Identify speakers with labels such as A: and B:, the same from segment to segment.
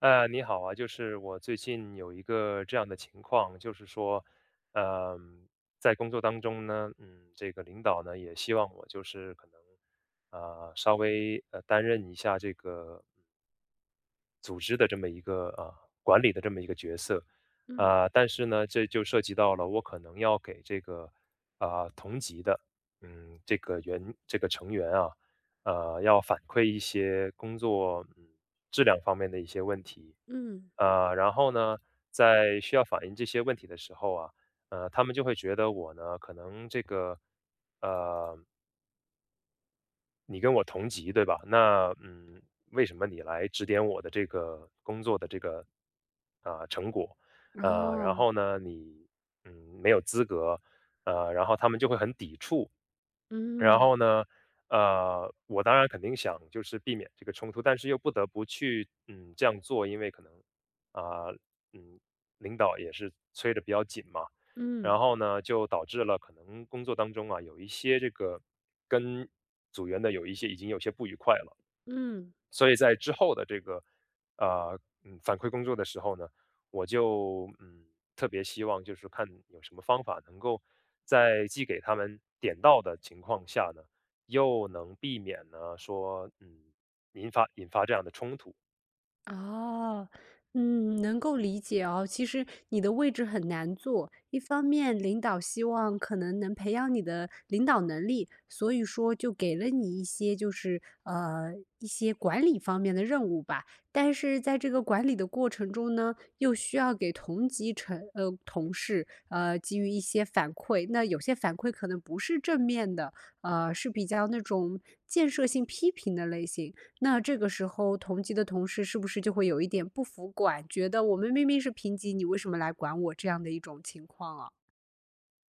A: 你好啊。就是我最近有一个这样的情况。就是说，呃，在工作当中呢，这个领导呢也希望我就是可能，稍微担任一下这个组织的这么一个管理的这么一个角色。
B: 嗯
A: 但是呢，这就涉及到了我可能要给这个，嗯，这个员这个成员啊，要反馈一些工作质量方面的一些问题。
B: 嗯，
A: 然后呢，在需要反映这些问题的时候啊，他们就会觉得我呢，可能这个呃你跟我同级，对吧？那，为什么你来指点我的这个工作的这个成果？然
B: 哦，
A: 后呢，你，嗯没有资格，然后他们就会很抵触。然
B: 嗯
A: 后呢，我当然肯定想就是避免这个冲突，但是又不得不去这样做，因为可能，啊、嗯领导也是催得比较紧嘛。然
B: 嗯
A: 后呢，就导致了可能工作当中啊，有一些这个跟组员的有一些已经有些不愉快了。
B: 嗯，
A: 所以在之后的这个，呃反馈工作的时候呢，我就特别希望就是看有什么方法能够在既给他们点到的情况下呢，又能避免呢说引发这样的冲突。
B: 哦，嗯，能够理解哦。其实你的位置很难做，一方面领导希望可能能培养你的领导能力，所以说就给了你一些就是一些管理方面的任务吧。但是在这个管理的过程中呢，又需要给同级成呃同事给予一些反馈，那有些反馈可能不是正面的，是比较那种建设性批评的类型。那这个时候同级的同事是不是就会有一点不服管，觉得我们明明是平级，你为什么来管我这样的一种情况啊？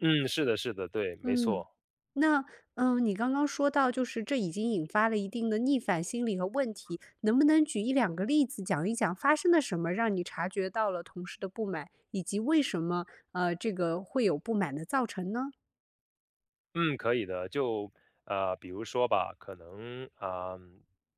A: 嗯，是的，是的，对，没
B: 嗯，
A: 错。
B: 那嗯，你刚刚说到就是这已经引发了一定的逆反心理和问题，能不能举一两个例子讲一讲发生了什么，让你察觉到了同事的不满，以及为什么这个会有不满的造成呢？
A: 嗯，可以的。就，比如说吧，可能，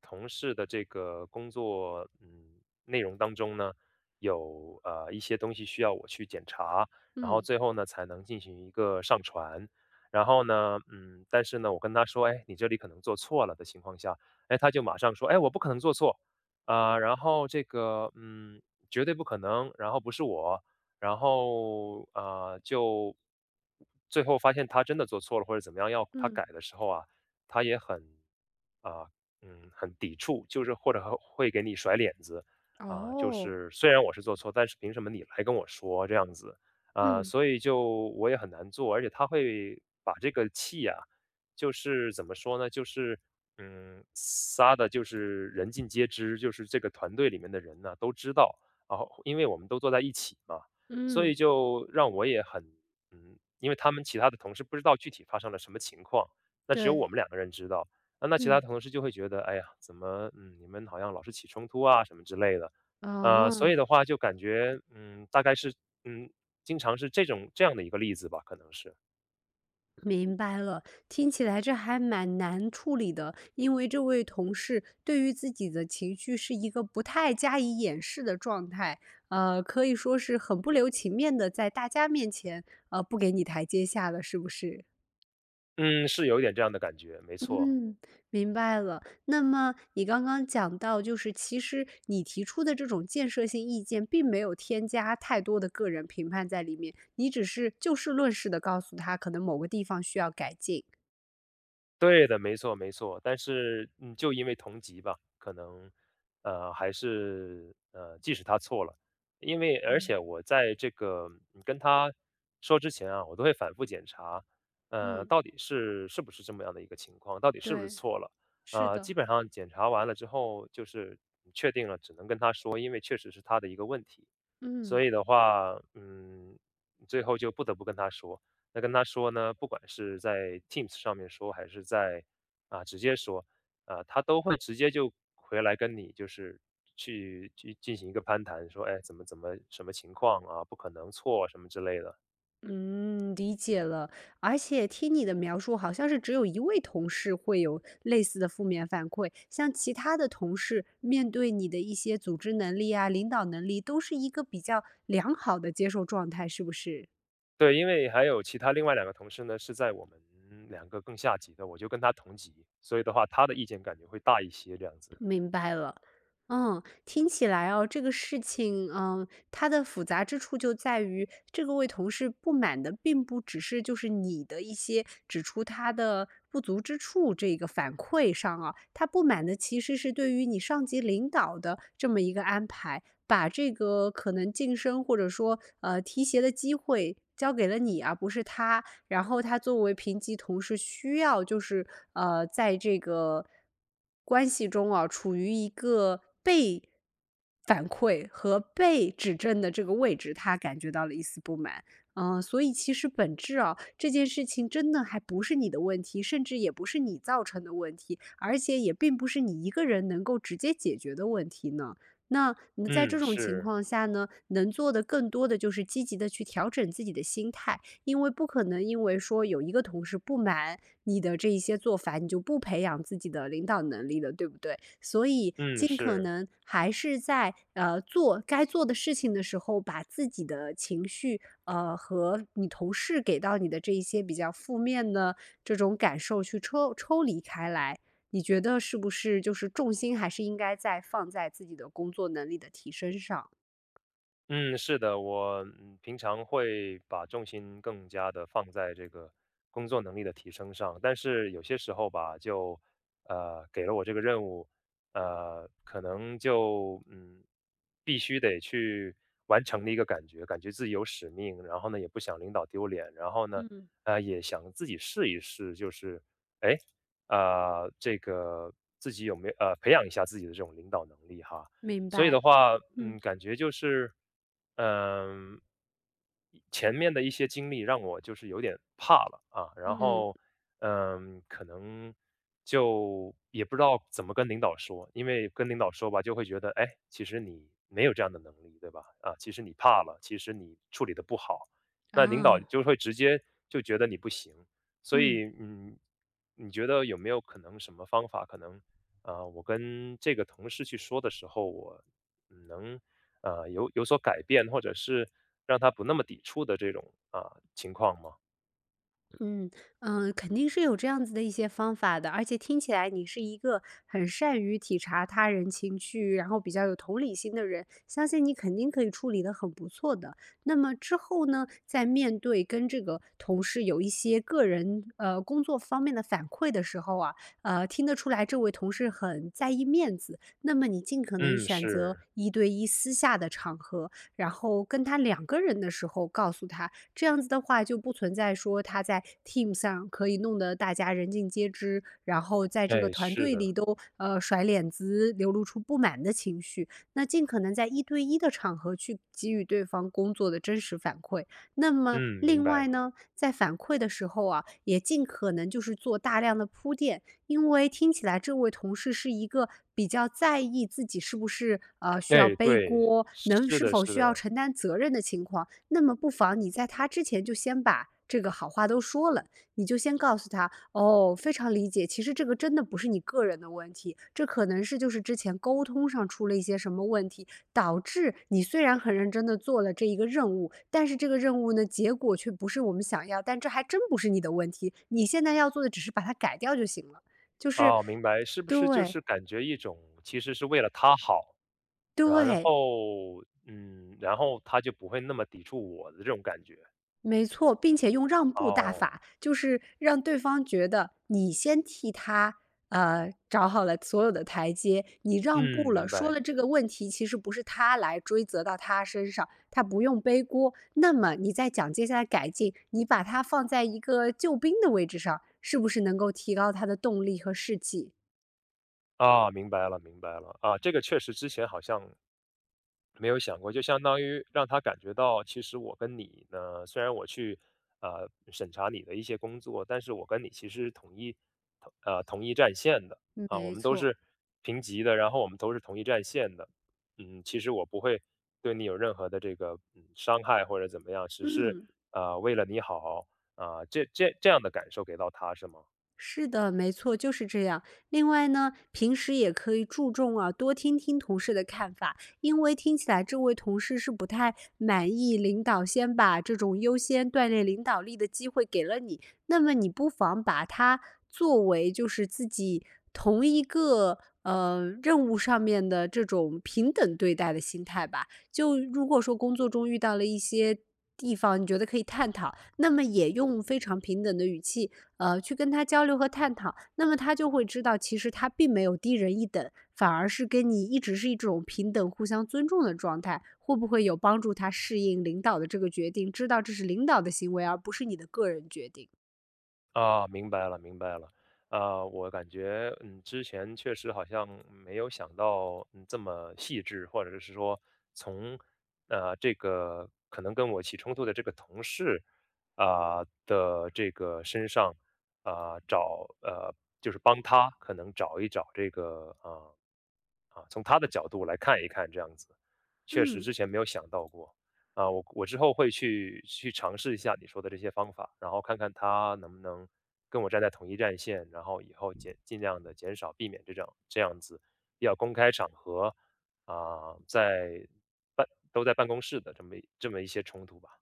A: 同事的这个工作内容当中呢，有一些东西需要我去检查，然后
B: 嗯
A: 最后呢才能进行一个上传。然后呢，但是呢，我跟他说，哎，你这里可能做错了的情况下，哎，他就马上说，哎，我不可能做错。然后这个，绝对不可能，然后不是我，然后，就最后发现他真的做错了或者怎么样，要他
B: 嗯，
A: 改的时候啊，他也很啊，嗯，很抵触，就是或者和会给你甩脸子啊。就
B: 哦，
A: 是虽然我是做错，但是凭什么你来跟我说这样子啊？
B: 嗯
A: 所以就我也很难做。而且他会把这个气啊，就是怎么说呢，就是，撒的就是人尽皆知，就是这个团队里面的人呢、都知道。然后因为我们都坐在一起嘛，所
B: 嗯，
A: 以就让我也很。因为他们其他的同事不知道具体发生了什么情况，那只有
B: 对，
A: 我们两个人知道。那其他
B: 嗯，
A: 同事就会觉得，哎呀，怎么，你们好像老是起冲突啊什么之类的。所以
B: 哦。
A: 的话就感觉，大概是，嗯，经常是这种这样的一个例子吧，可能是。
B: 明白了，听起来这还蛮难处理的，因为这位同事对于自己的情绪是一个不太加以掩饰的状态，呃，可以说是很不留情面的，在大家面前，不给你台阶下了，是不是？
A: 嗯，是有一点这样的感觉，没错。
B: 嗯，明白了。那么你刚刚讲到，就是其实你提出的这种建设性意见，并没有添加太多的个人评判在里面，你只是就事论事的告诉他，可能某个地方需要改进。
A: 对的，没错没错。但是，就因为同级吧，可能，还是，即使他错了。因为而
B: 嗯。
A: 且我在这个你跟他说之前啊，我都会反复检查。
B: 嗯。
A: 到底是不是这么样的一个情况，到底是不是
B: 对，
A: 错了。
B: 是的，
A: 基本上检查完了之后，就是确定了，只能跟他说，因为确实是他的一个问题。
B: 嗯。
A: 所以的话，最后就不得不跟他说。那跟他说呢，不管是在 Teams 上面说，还是在直接说，啊，他都会直接就回来跟你就是去进行一个攀谈，说，哎，怎么什么情况啊，不可能错什么之类的。
B: 嗯，理解了。而且听你的描述，好像是只有一位同事会有类似的负面反馈，像其他的同事面对你的一些组织能力啊、领导能力，都是一个比较良好的接受状态，是不是？
A: 对，因为还有其他另外两个同事呢，是在我们两个更下级的，我就跟他同级，所以的话，他的意见感觉会大一些，这样子。
B: 明白了。嗯，听起来哦，这个事情，嗯，它的复杂之处就在于，这个位同事不满的并不只是就是你的一些指出他的不足之处这个反馈上啊，他不满的其实是对于你上级领导的这么一个安排，把这个可能晋升或者说提携的机会交给了你啊，而不是他。然后他作为评级同事需要就是呃，在这个关系中啊，处于一个被反馈和被指正的这个位置，他感觉到了一丝不满。嗯，所以其实本质啊，这件事情真的还不是你的问题，甚至也不是你造成的问题，而且也并不是你一个人能够直接解决的问题呢。那你在
A: 嗯，
B: 这种情
A: 是。
B: 况下呢，能做的更多的就是积极的去调整自己的心态。因为不可能因为说有一个同事不满你的这一些做法，你就不培养自己的领导能力了，对不对？所以
A: 嗯，
B: 尽可
A: 是。
B: 能还是在做该做的事情的时候，把自己的情绪和你同事给到你的这一些比较负面的这种感受去抽离开来。你觉得是不是就是重心还是应该在放在自己的工作能力的提升上？
A: 嗯，是的，我平常会把重心更加的放在这个工作能力的提升上。但是有些时候吧，就给了我这个任务，可能就必须得去完成的一个感觉。感觉自己有使命，然后呢也不想领导丢脸，然后呢
B: 嗯，
A: 也想自己试一试，就是哎这个自己有没有培养一下自己的这种领导能力哈。
B: 明
A: 所以的
B: 白。
A: 话，嗯，
B: 嗯
A: 感觉就是，嗯、前面的一些经历让我就是有点怕了啊。然
B: 嗯
A: 后，可能就也不知道怎么跟领导说。因为跟领导说吧，就会觉得，哎，其实你没有这样的能力，对吧？其实你怕了，其实你处理的不好，那领导
B: 啊，
A: 就会直接就觉得你不行。所
B: 嗯。
A: 以，你觉得有没有可能什么方法？可能，我跟这个同事去说的时候，我能，有所改变，或者是让他不那么抵触的这种情况吗？
B: 嗯嗯，肯定是有这样子的一些方法的，而且听起来你是一个很善于体察他人情绪，然后比较有同理心的人，相信你肯定可以处理得很不错的。那么之后呢，在面对跟这个同事有一些个人工作方面的反馈的时候啊，呃，听得出来这位同事很在意面子，那么你尽可能
A: 嗯，
B: 选择
A: 是。
B: 一对一私下的场合，然后跟他两个人的时候告诉他。这样子的话，就不存在说他在 team 上可以弄得大家人尽皆知，然后在这个
A: 哎，
B: 团
A: 是
B: 队里
A: 的。
B: 都甩脸子，流露出不满的情绪。那尽可能在一对一的场合去给予对方工作的真实反馈。那么
A: 嗯，明
B: 另
A: 白。
B: 外呢，在反馈的时候啊，也尽可能就是做大量的铺垫，因为听起来这位同事是一个比较在意自己是不是需
A: 哎，
B: 要背
A: 对，
B: 锅，能
A: 是
B: 是
A: 的，
B: 否
A: 是
B: 需要
A: 的。
B: 承担责任的情况。那么不妨你在他之前就先把这个好话都说了，你就先告诉他，哦，非常理解，其实这个真的不是你个人的问题，这可能是就是之前沟通上出了一些什么问题，导致你虽然很认真的做了这一个任务，但是这个任务呢，结果却不是我们想要，但这还真不是你的问题，你现在要做的只是把它改掉就行了，就是，
A: 哦，明白，是不是就
B: 对
A: 是感觉一种其实是为了他好。然
B: 对，
A: 后然后他就不会那么抵触我的这种感觉？
B: 没错，并且用让步大
A: 哦。
B: 法，就是让对方觉得你先替他，呃，找好了所有的台阶，你让
A: 嗯，
B: 步了，
A: 明
B: 说
A: 白。
B: 了这个问题其实不是他来追责到他身上，他不用背锅。那么你再讲接下来改进，你把他放在一个救兵的位置上，是不是能够提高他的动力和士气？
A: 啊，明白了，明白了。这个确实之前好像没有想过，就相当于让他感觉到，其实我跟你呢，虽然我去审查你的一些工作，但是我跟你其实是统一同呃同一战线的啊。我
B: 没
A: 们都
B: 错，
A: 是平级的，然后我们都是同一战线的。嗯，其实我不会对你有任何的这个伤害或者怎么样，只是
B: 嗯。
A: 为了你好这样的感受给到他是吗？
B: 是的，没错，就是这样。另外呢，平时也可以注重啊，多听听同事的看法，因为听起来这位同事是不太满意领导先把这种优先锻炼领导力的机会给了你，那么你不妨把它作为就是自己同一个任务上面的这种平等对待的心态吧。就如果说工作中遇到了一些地方，你觉得可以探讨，那么也用非常平等的语气。呃，去跟他交流和探讨，那么他就会知道，其实他并没有低人一等，反而是跟你一直是一种平等、互相尊重的状态。会不会有帮助他适应领导的这个决定，知道这是领导的行为，而不是你的个人决定？
A: 啊，明白了，明白了。我感觉，之前确实好像没有想到，这么细致，或者是说从，这个可能跟我起冲突的这个同事的这个身上找，就是帮他可能找一找这个从他的角度来看一看这样子，确实
B: 嗯。
A: 之前没有想到过。我之后会去尝试一下你说的这些方法，然后看看他能不能跟我站在统一战线。然后以后尽量的减少避免这种这样子要公开场合啊，在办都在办公室的这么一些冲突吧。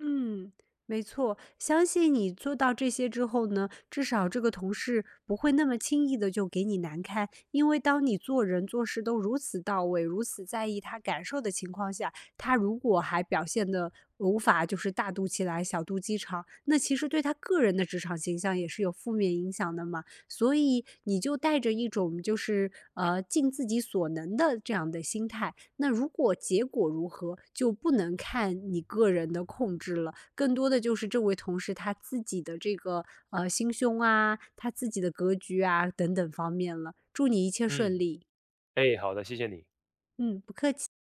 B: 嗯，没错，相信你做到这些之后呢，至少这个同事不会那么轻易的就给你难堪，因为当你做人做事都如此到位，如此在意他感受的情况下，他如果还表现的无法就是大度起来，小肚鸡肠，那其实对他个人的职场形象也是有负面影响的嘛。所以你就带着一种就是尽自己所能的这样的心态，那如果结果如何，就不能看你个人的控制了，更多的就是这位同事他自己的这个心胸啊，他自己的格局啊等等方面了。祝你一切顺
A: 嗯。
B: 利，
A: 哎，好的，谢谢你。
B: 嗯，不客气。